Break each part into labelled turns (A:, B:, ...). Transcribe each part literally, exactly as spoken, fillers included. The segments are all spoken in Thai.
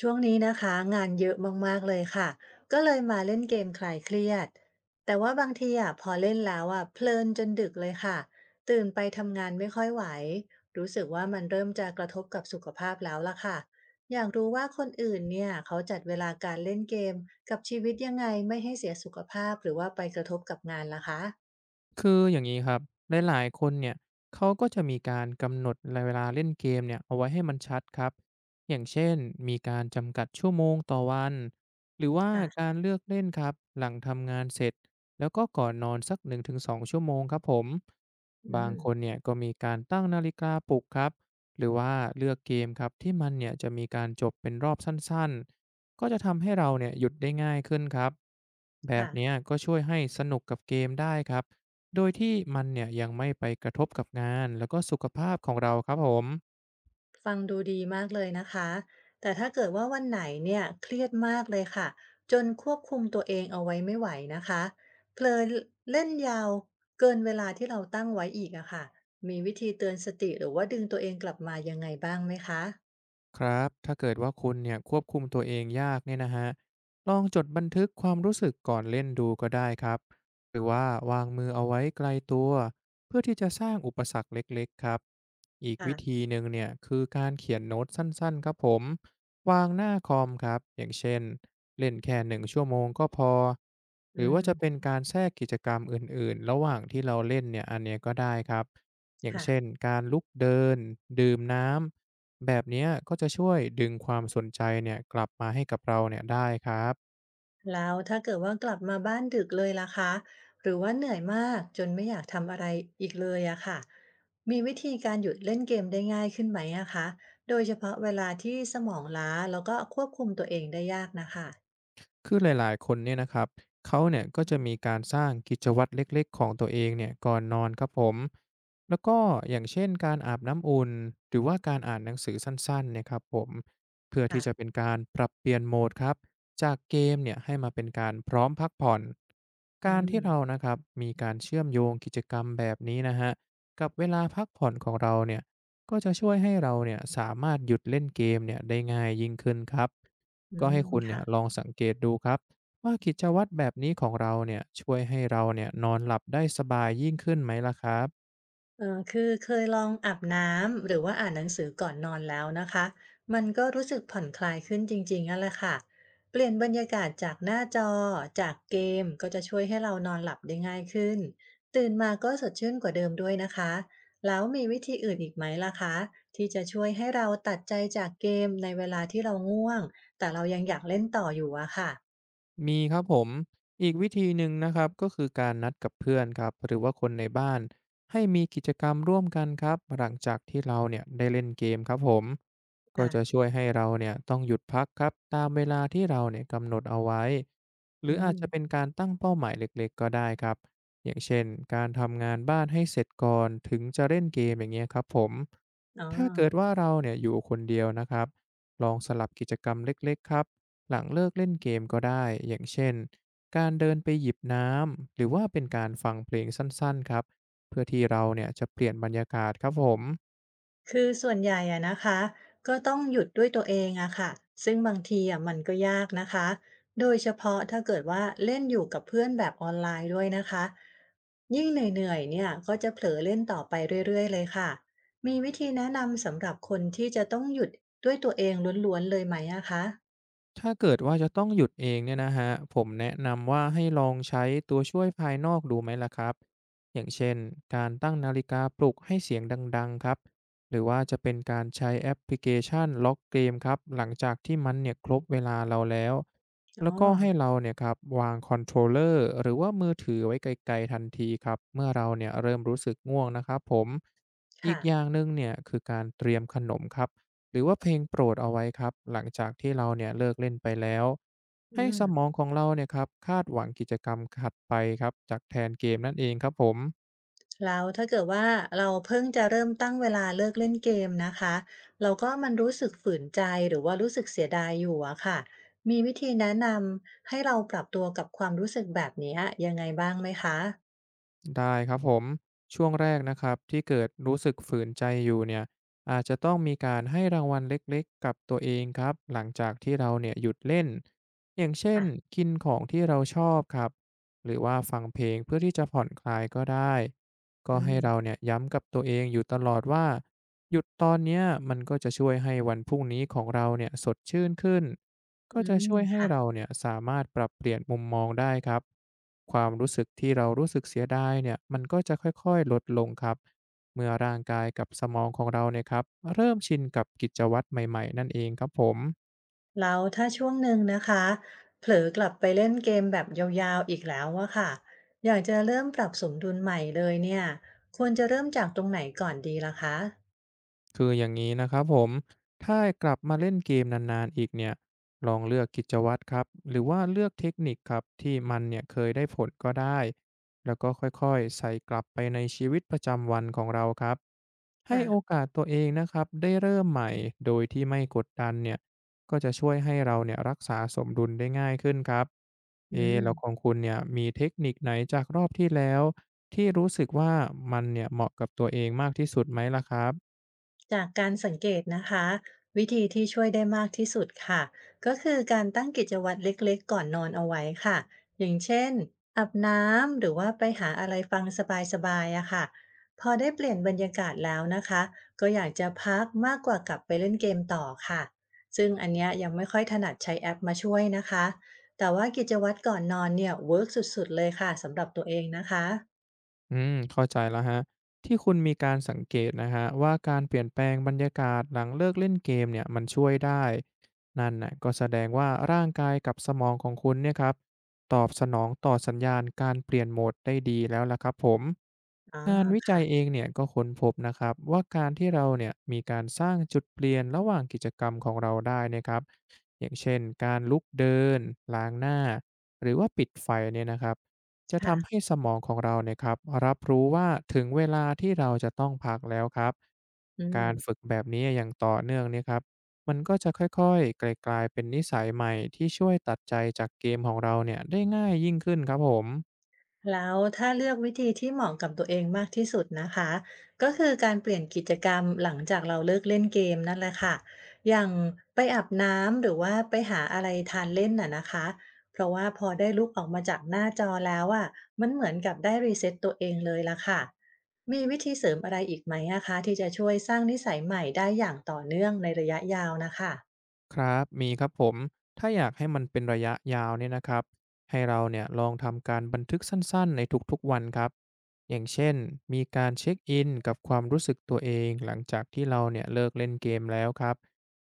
A: ช่วงนี้นะคะงานเยอะมากๆเลยค่ะก็เลยมาเล่นเกมคลายเครียดแต่ว่าบางทีอ่ะพอเล่นแล้วอ่ะเพลินจนดึกเลยค่ะตื่นไปทำงานไม่ค่อยไหวรู้สึกว่ามันเริ่มจะกระทบกับสุขภาพแล้วล่ะค่ะอยากรู้ว่าคนอื่นเนี่ยเขาจัดเวลาการเล่นเกมกับชีวิตยังไงไม่ให้เสียสุขภาพหรือว่าไปกระทบกับงานล่ะคะ
B: คืออย่างนี้ครับหลายๆคนเนี่ยเขาก็จะมีการกำหนดเวลาเล่นเกมเนี่ยเอาไว้ให้มันชัดครับอย่างเช่นมีการจำกัดชั่วโมงต่อวันหรือว่า
A: ค่ะ
B: การเลือกเล่นครับหลังทำงานเสร็จแล้วก็ก่อนนอนสักหนึ่งถึงสองชั่วโมงครับผม
A: อื
B: บาง
A: ม
B: คนเนี่ยก็มีการตั้งนาฬิกาปลุกครับหรือว่าเลือกเกมครับที่มันเนี่ยจะมีการจบเป็นรอบสั้นๆก็จะทำให้เราเนี่ยหยุดได้ง่ายขึ้นครับแบบ
A: ค่ะ
B: เนี้ยก็ช่วยให้สนุกกับเกมได้ครับ โดยที่มันเนี่ยยังไม่ไปกระทบกับงานแล้วก็สุขภาพของเราครับผม
A: ฟังดูดีมากเลยนะคะ แต่ถ้าเกิดว่าวันไหนเนี่ยเครียดมากเลยค่ะ จนควบคุมตัวเองเอาไว้ไม่ไหวนะคะเพลินเล่นยาวเกินเวลาที่เราตั้งไว้อีกอะค่ะมีวิธีเตือนสติหรือว่าดึงตัวเองกลับมายังไงบ้างไหมคะ
B: ครับ ถ้าเกิดว่าคุณเนี่ยควบคุมตัวเองยากเนี่ยนะฮะลองจดบันทึกความรู้สึกก่อนเล่นดูก็ได้ครับ หรือว่าวางมือเอาไว้ไกลตัวเพื่อที่จะสร้างอุปสรรคเล็กๆครับ อีก
A: ค่ะ
B: วิธีหนึ่งเนี่ยคือการเขียนโน้ตสั้นๆครับผม วางหน้าคอมครับ อย่างเช่นเล่นแค่หนึ่งชั่วโมงก็พอ หรื
A: อื
B: อ
A: ม
B: ว่าจะเป็นการแทรกกิจกรรมอื่นๆระหว่างที่เราเล่นเนี่ยอันเนี้ยก็ได้ครับอย่าง
A: ค่ะ
B: เช่นการลุกเดินดื่มน้ำ แบบเนี้ยก็จะช่วยดึงความสนใจเนี่ยกลับมาให้กับเราเนี่ยได้ครับ
A: แล้วถ้าเกิดว่ากลับมาบ้านดึกเลยล่ะคะหรือว่าเหนื่อยมากจนไม่อยากทำอะไรอีกเลยอะค่ะมีวิธีการหยุดเล่นเกมได้ง่ายขึ้นไหมอะคะโดยเฉพาะเวลาที่สมองล้าแล้วก็ควบคุมตัวเองได้ยากนะคะ
B: คือหลายๆคนเนี่ยนะครับเขาเนี่ยก็จะมีการสร้างกิจวัตรเล็กๆของตัวเองเนี่ยก่อนนอนครับผมแล้วก็อย่างเช่นการอาบน้ำอุ่นหรือว่าการอ่านหนังสือสั้นๆเนะครับผมเพื่อ
A: ค่ะ
B: ที่จะเป็นการปรับเปลี่ยนโหมดครับจากเกมเนี่ยให้มาเป็นการพร้อมพักผ่อน
A: อื
B: การที่เรา
A: ม
B: นะครับมีการเชื่อมโยงกิจกรรมแบบนี้นะฮะกับเวลาพักผ่อนของเราเนี่ยก็จะช่วยให้เราเนี่ยสามารถหยุดเล่นเกมเนี่ยได้ง่ายยิ่งขึ้นครับ
A: อื
B: ก็ให้
A: ม
B: คุณเนี่
A: ค่ะ
B: ยลองสังเกตดูครับว่ากิจวัตรแบบนี้ของเราเนี่ยช่วยให้เราเนี่ยนอนหลับได้สบายยิ่งขึ้นไหมล่ะครับ
A: เอ่อคือเคยลองอาบน้ำหรือว่าอ่านหนังสือก่อนนอนแล้วนะคะมันก็รู้สึกผ่อนคลายขึ้นจริงๆนั่นแหละค่ะเปลี่ยนบรรยากาศจากหน้าจอจากเกมก็จะช่วยให้เรานอนหลับได้ง่ายขึ้นตื่นมาก็สดชื่นกว่าเดิมด้วยนะคะแล้วมีวิธีอื่นอีกไหมล่ะคะที่จะช่วยให้เราตัดใจจากเกมในเวลาที่เราง่วงแต่เรายังอยากเล่นต่ออยู่อะค่ะ
B: มีครับผมอีกวิธีหนึ่งนะครับก็คือการนัดกับเพื่อนครับหรือว่าคนในบ้านให้มีกิจกรรมร่วมกันครับหลังจากที่เราเนี่ยได้เล่นเกมครับผมก็จะ
A: ค่ะ
B: ช่วยให้เราเนี่ยต้องหยุดพักครับตามเวลาที่เราเนี่ยกำหนดเอาไว้หรือ
A: อื
B: อาจ
A: ม
B: จะเป็นการตั้งเป้าหมายเล็กๆก็ได้ครับอย่างเช่นการทำงานบ้านให้เสร็จก่อนถึงจะเล่นเกมอย่างเงี้ยครับผม
A: อ๋อ
B: ถ้าเกิดว่าเราเนี่ยอยู่คนเดียวนะครับลองสลับกิจกรรมเล็กๆครับ หลังเลิกเล่นเกมก็ได้ อย่างเช่น การเดินไปหยิบน้ำ หรือว่าเป็นการฟังเพลงสั้นๆครับ เพื่อที่เราเนี่ยจะเปลี่ยนบรรยากาศครับผม
A: คือส่วนใหญ่อะนะคะก็ต้องหยุดด้วยตัวเองอะค่ะซึ่งบางทีอะมันก็ยากนะคะโดยเฉพาะถ้าเกิดว่าเล่นอยู่กับเพื่อนแบบออนไลน์ด้วยนะคะยิ่งเหนื่อยๆเนี่ยก็จะเผลอเล่นต่อไปเรื่อยๆเลยค่ะมีวิธีแนะนำสำหรับคนที่จะต้องหยุดด้วยตัวเองล้วนๆเลยไหมอะคะ
B: ถ้าเกิดว่าจะต้องหยุดเองเนี่ยนะฮะผมแนะนำว่าให้ลองใช้ตัวช่วยภายนอกดูไหมล่ะครับอย่างเช่นการตั้งนาฬิกาปลุกให้เสียงดังๆครับหรือว่าจะเป็นการใช้แอปพลิเคชันล็อกเกมครับหลังจากที่มันเนี่ยครบเวลาเราแล้ว
A: อ๋
B: แล้วก็ให้
A: อ
B: เราเนี่ยครับวางคอนโทรลเลอร์หรือว่ามือถือไว้ไกลๆทันทีครับเมื่อเราเนี่ยเริ่มรู้สึกง่วงนะครับผมอี
A: ค่ะ
B: กอย่างหนึ่งเนี่ยคือการเตรียมขนมครับ หรือว่าเพลงโปรดเอาไว้ครับหลังจากที่เราเนี่ยเลิกเล่นไปแล้ว
A: อื
B: ให้ส
A: ม
B: มองของเราเนี่ยครับคาดหวังกิจกรรมถัดไปครับจากแทนเกมนั่นเองครับผม
A: แล้วถ้าเกิดว่าเราเพิ่งจะเริ่มตั้งเวลาเลิกเล่นเกมนะคะแล้วก็มันรู้สึกฝืนใจหรือว่ารู้สึกเสียดายอยู่อะค่ะมีวิธีแนะนำให้เราปรับตัวกับความรู้สึกแบบเนี้ยยังไงบ้างไหมคะ
B: ได้ครับผมช่วงแรกนะครับที่เกิดรู้สึกฝืนใจอยู่เนี่ยอาจจะต้องมีการให้รางวัลเล็กๆกับตัวเองครับหลังจากที่เราเนี่ยหยุดเล่นอย่างเช่น
A: ค่ะ
B: กินของที่เราชอบครับหรือว่าฟังเพลงเพื่อที่จะผ่อนคลายก็ได้ก็
A: อื
B: ให้
A: ม
B: เราเนี่ยย้ำกับตัวเองอยู่ตลอดว่าหยุดตอนเนี้ยมันก็จะช่วยให้วันพรุ่งนี้ของเราเนี่ยสดชื่นขึ้น ก็
A: อื
B: จะ
A: ม
B: ช่วยให้
A: ค่ะ
B: เราเนี่ยสามารถปรับเปลี่ยนมุมมองได้ครับความรู้สึกที่เรารู้สึกเสียดายเนี่ยมันก็จะค่อยๆลดลงครับเมื่อร่างกายกับสมองของเราเนี่ยครับเริ่มชินกับกิจวัตรใหม่ๆนั่นเองครับผม
A: แล้วถ้าช่วงหนึ่งนะคะเผลอกลับไปเล่นเกมแบบยาวๆอีกแล้วอะค่ะอยากจะเริ่มปรับสมดุลใหม่เลยเนี่ยควรจะเริ่มจากตรงไหนก่อนดีล่ะคะ
B: คืออย่างนี้นะครับผมถ้ากลับมาเล่นเกมนานๆอีกเนี่ยลองเลือกกิจวัตรครับหรือว่าเลือกเทคนิคครับที่มันเนี่ยเคยได้ผลก็ได้แล้วก็ค่อยๆใส่กลับไปในชีวิตประจำวันของเราครับให้
A: ค่ะ
B: โอกาสตัวเองนะครับได้เริ่มใหม่โดยที่ไม่กดดันเนี่ยก็จะช่วยให้เราเนี่ยรักษาสมดุลได้ง่ายขึ้นครับ
A: อื
B: เอะแล้วขอ
A: ม
B: งคุณเนี่ยมีเทคนิคไหนจากรอบที่แล้วที่รู้สึกว่ามันเนี่ยเหมาะกับตัวเองมากที่สุดไหมล่ะครับ
A: จากการสังเกตนะคะวิธีที่ช่วยได้มากที่สุดค่ะก็คือการตั้งกิจวัตรเล็กๆก่อนนอนเอาไว้ค่ะอย่างเช่นอาบน้ำหรือว่าไปหาอะไรฟังสบายๆอะค่ะพอได้เปลี่ยนบรรยากาศแล้วนะคะก็อยากจะพักมากกว่ากลับไปเล่นเกมต่อค่ะซึ่งอันเนี้ยยังไม่ค่อยถนัดใช้แอปมาช่วยนะคะแต่ว่ากิจวัตรก่อนนอนเนี่ยเวิร์กสุดๆเลยค่ะสำหรับตัวเองนะคะ
B: อืมเข้าใจแล้วคะที่คุณมีการสังเกตนะฮะว่าการเปลี่ยนแปลงบรรยากาศหลังเลิกเล่นเกมเนี่ยมันช่วยได้นั่นน่ะก็แสดงว่าร่างกายกับสมองของคุณเนี่ยครับตอบสนองต่อสัญญาณการเปลี่ยนโหมดได้ดีแล้วล่ะครับผม
A: อ๋อ
B: งานวิจัยเอ
A: ค่ะ
B: งเนี่ยก็ค้นพบนะครับว่าการที่เราเนี่ยมีการสร้างจุดเปลี่ยนระหว่างกิจกรรมของเราได้นะครับอย่างเช่นการลุกเดินล้างหน้าหรือว่าปิดไฟเนี่ยนะครับ จะ
A: ค่ะ
B: ทำให้สมองของเราเนี่ยครับรับรู้ว่าถึงเวลาที่เราจะต้องพักแล้วครับ
A: อื
B: กา
A: ม
B: รฝึกแบบนี้อย่างต่อเนื่องเนี่ยครับมันก็จะค่อยๆกลายๆเป็นนิสัยใหม่ที่ช่วยตัดใจจากเกมของเราเนี่ยได้ง่ายยิ่งขึ้นครับผม
A: แล้วถ้าเลือกวิธีที่เหมาะกับตัวเองมากที่สุดนะคะก็คือการเปลี่ยนกิจกรรมหลังจากเราเลิกเล่นเกมนั่นแหละค่ะอย่างไปอาบน้ำหรือว่าไปหาอะไรทานเล่นน่ะนะคะเพราะว่าพอได้ลุกออกมาจากหน้าจอแล้วอ่ะมันเหมือนกับได้รีเซ็ตตัวเองเลยละค่ะมีวิธีเสริมอะไรอีกไหมนะคะที่จะช่วยสร้างนิสัยใหม่ได้อย่างต่อเนื่องในระยะยาวนะคะ
B: ครับมีครับผมถ้าอยากให้มันเป็นระยะยาวเนี่ยนะครับให้เราเนี่ยลองทำการบันทึกสั้นๆในทุกๆวันครับอย่างเช่นมีการเช็คอินกับความรู้สึกตัวเองหลังจากที่เราเนี่ยเลิกเล่นเกมแล้วครับ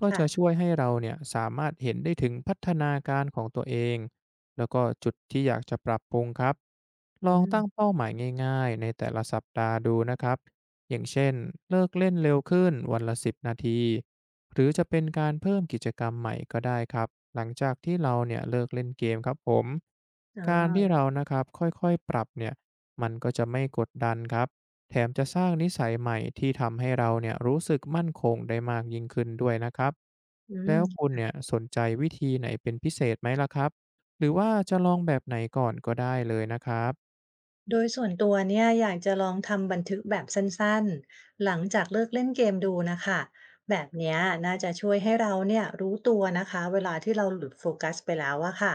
B: ก็จะ
A: ค่ะ
B: ช่วยให้เราเนี่ยสามารถเห็นได้ถึงพัฒนาการของตัวเองแล้วก็จุดที่อยากจะปรับปรุงครับล
A: อื
B: อง
A: ม
B: ตั้งเป้าหมายง่ายๆในแต่ละสัปดาห์ดูนะครับ อย่างเช่นเลิกเล่นเร็วขึ้นวันละสิบนาทีหรือจะเป็นการเพิ่มกิจกรรมใหม่ก็ได้ครับหลังจากที่เราเนี่ยเลิกเล่นเกมครับผม
A: อ๋
B: การที่
A: อ
B: เรานะครับค่อยๆปรับเนี่ยมันก็จะไม่กดดันครับแถมจะสร้างนิสัยใหม่ที่ทำให้เราเนี่ยรู้สึกมั่นคงได้มากยิ่งขึ้นด้วยนะครับ
A: อื
B: แล้ว
A: ม
B: คุณเนี่ยสนใจวิธีไหนเป็นพิเศษไหมล่ะครับหรือว่าจะลองแบบไหนก่อนก็ได้เลยนะครับ
A: โดยส่วนตัวเนี่ยอยากจะลองทำบันทึกแบบสั้นๆ หลังจากเลิกเล่นเกมดูนะคะแบบเนี้ยน่าจะช่วยให้เราเนี่ยรู้ตัวนะคะเวลาที่เราหลุดโฟกัสไปแล้วอะค่ะ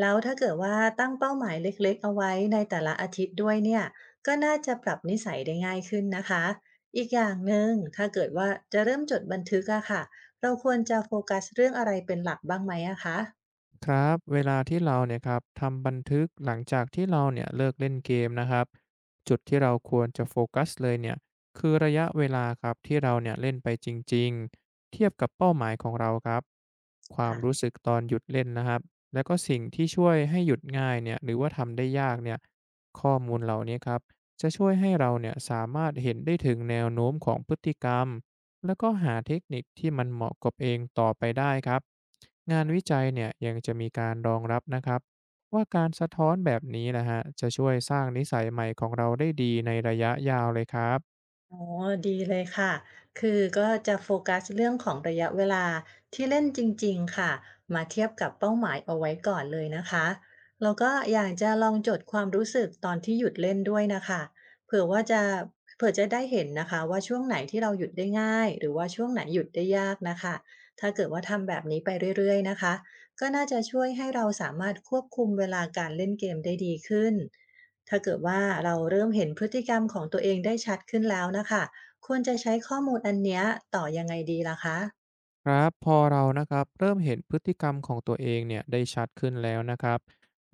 A: แล้วถ้าเกิดว่าตั้งเป้าหมายเล็กๆเอาไว้ในแต่ละอาทิตย์ด้วยเนี่ยก็น่าจะปรับนิสัยได้ง่ายขึ้นนะคะอีกอย่างหนึ่งถ้าเกิดว่าจะเริ่มจดบันทึกอะค่ะเราควรจะโฟกัสเรื่องอะไรเป็นหลักบ้างไหมอะคะ
B: ครับเวลาที่เราเนี่ยครับทำบันทึกหลังจากที่เราเนี่ยเลิกเล่นเกมนะครับจุดที่เราควรจะโฟกัสเลยเนี่ยคือระยะเวลาครับที่เราเนี่ยเล่นไปจริงๆเทียบกับเป้าหมายของเราครับความรู้สึกตอนหยุดเล่นนะครับแล้วก็สิ่งที่ช่วยให้หยุดง่ายเนี่ยหรือว่าทำได้ยากเนี่ยข้อมูลเหล่านี้ครับจะช่วยให้เราเนี่ยสามารถเห็นได้ถึงแนวโน้มของพฤติกรรมแล้วก็หาเทคนิคที่มันเหมาะกับเองต่อไปได้ครับ งานวิจัยเนี่ยยังจะมีการรองรับนะครับว่าการสะท้อนแบบนี้นะฮะจะช่วยสร้างนิสัยใหม่ของเราได้ดีในระยะยาวเลยครับ
A: อ๋อดีเลยค่ะคือก็จะโฟกัสเรื่องของระยะเวลาที่เล่นจริงๆค่ะมาเทียบกับเป้าหมายเอาไว้ก่อนเลยนะคะแล้วก็อยากจะลองจดความรู้สึกตอนที่หยุดเล่นด้วยน่ะคะเผื่อว่าจะเผื่อจะได้เห็นนะคะว่าช่วงไหนที่เราหยุดได้ง่ายหรือว่าช่วงไหนหยุดได้ยากนะคะถ้าเกิดว่าทำแบบนี้ไปเรื่อยๆนะคะก็น่าจะช่วยให้เราสามารถควบคุมเวลาการเล่นเกมได้ดีขึ้น ถ้าเกิดว่าเราเริ่มเห็นพฤติกรรมของตัวเองได้ชัดขึ้นแล้วนะคะควรจะใช้ข้อมูลอันเนี้ยต่อยังไงดีล่ะคะ
B: ครับพอเรานะครับเริ่มเห็นพฤติกรรมของตัวเองเนี่ยได้ชัดขึ้นแล้วนะครับ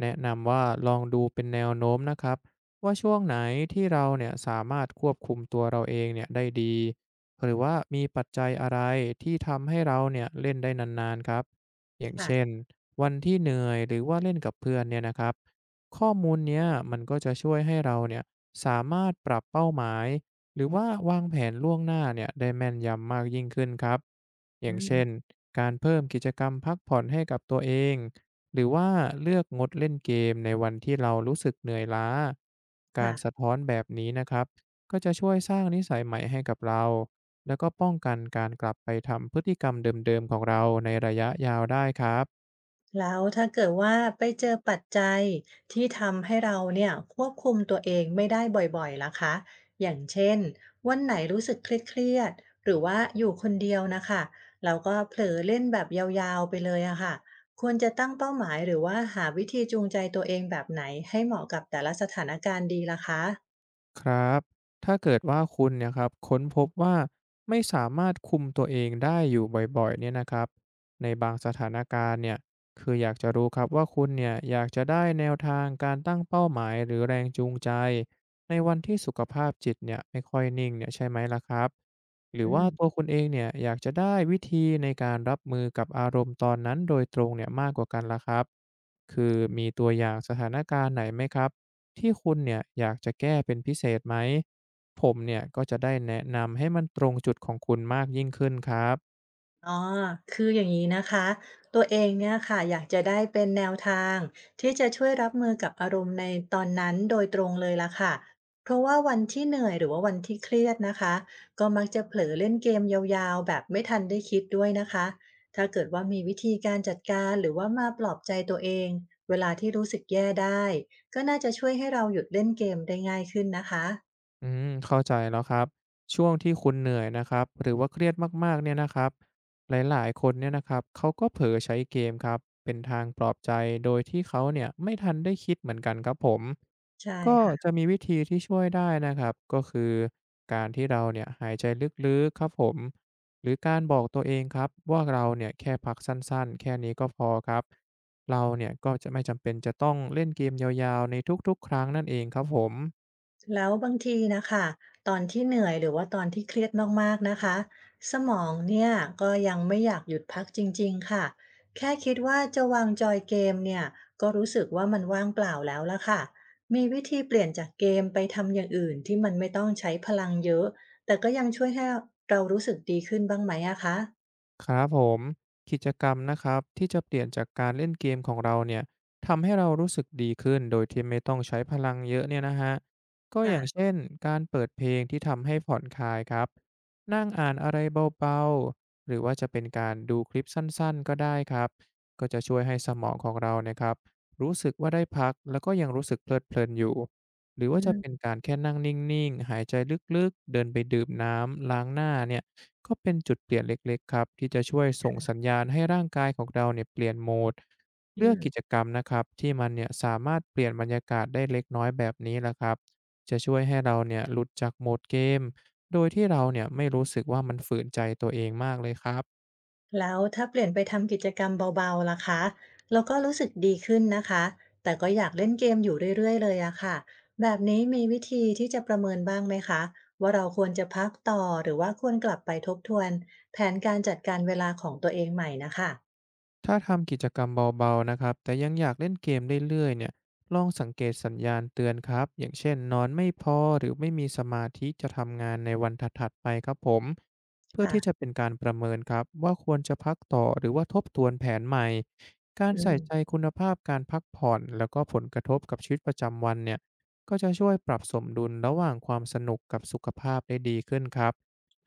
B: แนะนำว่าลองดูเป็นแนวโน้มนะครับว่าช่วงไหนที่เราเนี่ยสามารถควบคุมตัวเราเองเนี่ยได้ดีหรือว่ามีปัจจัยอะไรที่ทำให้เราเนี่ยเล่นได้นานๆครับอย่าง
A: ค่ะ
B: เช่นวันที่เหนื่อยหรือว่าเล่นกับเพื่อนเนี่ยนะครับข้อมูลเนี้ยมันก็จะช่วยให้เราเนี่ยสามารถปรับเป้าหมาย หรือว่าวางแผนล่วงหน้าเนี่ยได้แม่นยำมากยิ่งขึ้นครับอ
A: อื
B: ย่าง
A: ม
B: เช่นการเพิ่มกิจกรรมพักผ่อนให้กับตัวเองหรือว่าเลือกงดเล่นเกมในวันที่เรารู้สึกเหนื่อยล้ากา
A: ค่ะ
B: รสะท้อนแบบนี้นะครับก็จะช่วยสร้างนิสัยใหม่ให้กับเราแล้วก็ป้องกันการกลับไปทำพฤติกรรมเดิมๆของเราในระยะยาวได้ครับ
A: แล้วถ้าเกิดว่าไปเจอปัจจัยที่ทำให้เราเนี่ยควบคุมตัวเองไม่ได้บ่อยๆล่ะคะอย่างเช่นวันไหนรู้สึกเครียดๆหรือว่าอยู่คนเดียวนะคะเลาก็เผลอเล่นแบบยาวๆไปเลยอะค่ะควรจะตั้งเป้าหมายหรือว่าหาวิธีจูงใจตัวเองแบบไหนให้เหมาะกับแต่ละสถานการณ์ดีล่ะคะ
B: ครับถ้าเกิดว่าคุณเนี่ยครับค้นพบว่าไม่สามารถคุมตัวเองได้อยู่บ่อยๆเนี่ยนะครับในบางสถานการณ์เนี่ยคืออยากจะรู้ครับว่าคุณเนี่ยอยากจะได้แนวทางการตั้งเป้าหมายหรือแรงจูงใจในวันที่สุขภาพจิตเนี่ยไม่ค่อยนิ่งเนี่ยใช่ไหมล่ะครับหรือ
A: อื
B: ว่าตัว
A: ม
B: คุณเองเนี่ยอยากจะได้วิธีในการรับมือกับอารมณ์ตอนนั้นโดยตรงเนี่ยมากกว่ากันล่ะครับคือมีตัวอย่างสถานการณ์ไหนไหมครับ ที่คุณเนี่ยอยากจะแก้เป็นพิเศษไหมผมเนี่ยก็จะได้แนะนำให้มันตรงจุดของคุณมากยิ่งขึ้นครับ
A: อ๋อคืออย่างนี้นะคะ ตัวเองเนี่ยค่ะอยากจะได้เป็นแนวทางที่จะช่วยรับมือกับอารมณ์ในตอนนั้นโดยตรงเลยล่ะค่ะ เพราะว่าวันที่เหนื่อยหรือว่าวันที่เครียดนะคะ ก็มักจะเผลอเล่นเกมยาวๆแบบไม่ทันได้คิดด้วยนะคะ ถ้าเกิดว่ามีวิธีการจัดการหรือว่ามาปลอบใจตัวเองเวลาที่รู้สึกแย่ได้ก็น่าจะช่วยให้เราหยุดเล่นเกมได้ง่ายขึ้นนะคะ
B: อืมเข้าใจแล้วครับช่วงที่คุณเหนื่อยนะครับหรือว่าเครียดมากๆเนี่ยนะครับหลายๆคนเนี่ยนะครับเขาก็เผลอใช้เกมครับเป็นทางปลอบใจโดยที่เขาเนี่ยไม่ทันได้คิดเหมือนกันครับผม
A: ใช่
B: ก็จะ
A: ค่ะ
B: มีวิธีที่ช่วยได้นะครับก็คือการที่เราเนี่ยหายใจลึกๆครับผมหรือการบอกตัวเองครับว่าเราเนี่ยแค่พักสั้นๆแค่นี้ก็พอครับเราเนี่ยก็จะไม่จำเป็นจะต้องเล่นเกมยาวๆในทุกๆครั้งนั่นเองครับผม
A: แล้วบางทีนะคะตอนที่เหนื่อยหรือว่าตอนที่เครียดมากๆนะคะสมองเนี่ยก็ยังไม่อยากหยุดพักจริงๆค่ะแค่คิดว่าจะวางจอยเกมเนี่ยก็รู้สึกว่ามันว่างเปล่าแล้วละค่ะมีวิธีเปลี่ยนจากเกมไปทำอย่างอื่นที่มันไม่ต้องใช้พลังเยอะแต่ก็ยังช่วยให้เรารู้สึกดีขึ้นบ้างไหมอะคะ
B: ครับผมกิจกรรมนะครับที่จะเปลี่ยนจากการเล่นเกมของเราเนี่ยทำให้เรารู้สึกดีขึ้นโดยที่ไม่ต้องใช้พลังเยอะเนี่ยนะฮะก็อย่าง
A: ค่ะ
B: เช่นการเปิดเพลงที่ทำให้ผ่อนคลายครับนั่งอ่านอะไรเบาๆหรือว่าจะเป็นการดูคลิปสั้นๆก็ได้ครับก็จะช่วยให้สมองของเราเนี่ยครับรู้สึกว่าได้พักแล้วก็ยังรู้สึกเพลิดเพลินอยู่หรือ
A: อื
B: ว่าจะเป็น
A: ม
B: การแค่นั่งนิ่งๆหายใจลึกๆเดินไปดื่มน้ำล้างหน้าเนี่ย ก็เป็นจุดเปลี่ยนเล็กๆครับที่จะช่วยส่งสัญญาณให้ร่างกายของเราเนี่ยเปลี่ยนโหมด
A: อื
B: เลือกกิจ
A: ม
B: กรรมนะครับที่มันเนี่ยสามารถเปลี่ยนบรรยากาศได้เล็กน้อยแบบนี้แหละครับจะช่วยให้เราเนี่ยหลุดจากโหมดเกมโดยที่เราเนี่ยไม่รู้สึกว่ามันฝืนใจตัวเองมากเลยครับ
A: แล้วถ้าเปลี่ยนไปทำกิจกรรมเบาๆล่ะคะแล้วก็รู้สึกดีขึ้นนะคะแต่ก็อยากเล่นเกมอยู่เรื่อยๆเลยอะค่ะแบบนี้มีวิธีที่จะประเมินบ้างไหมคะว่าเราควรจะพักต่อหรือว่าควรกลับไปทบทวนแผนการจัดการเวลาของตัวเองใหม่นะคะ
B: ถ้าทำกิจกรรมเบาๆนะครับแต่ยังอยากเล่นเกมเรื่อยๆเนี่ยลองสังเกตสัญญาณเตือนครับอย่างเช่นนอนไม่พอหรือไม่มีสมาธิจะทำงานในวันถัดๆไปครับผมเพื่อที่จะ
A: ค่ะ
B: เป็นการประเมินครับว่าควรจะพักต่อหรือว่าทบทวนแผนใหม่การ
A: อื
B: ใส่
A: ม
B: ใจคุณภาพการพักผ่อนแล้วก็ผลกระทบกับชีวิตประจำวันเนี่ยก็จะช่วยปรับสมดุลระหว่างความสนุกกับสุขภาพได้ดีขึ้นครับ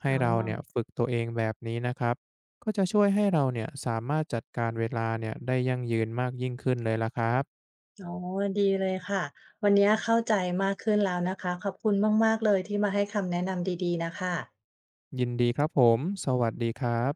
B: ให้
A: อ๋
B: เราเนี่ย
A: อ
B: ฝึกตัวเองแบบนี้นะครับ ก็จะช่วยให้เราเนี่ยสามารถจัดการเวลาเนี่ยได้ยั่งยืนมากยิ่งขึ้นเลยล่ะครับ
A: อ๋อดีเลยค่ะวันนี้เข้าใจมากขึ้นแล้วนะคะขอบคุณมากๆเลยที่มาให้คำแนะนำดีๆนะคะ
B: ยินดีครับผม สวัสดีครับ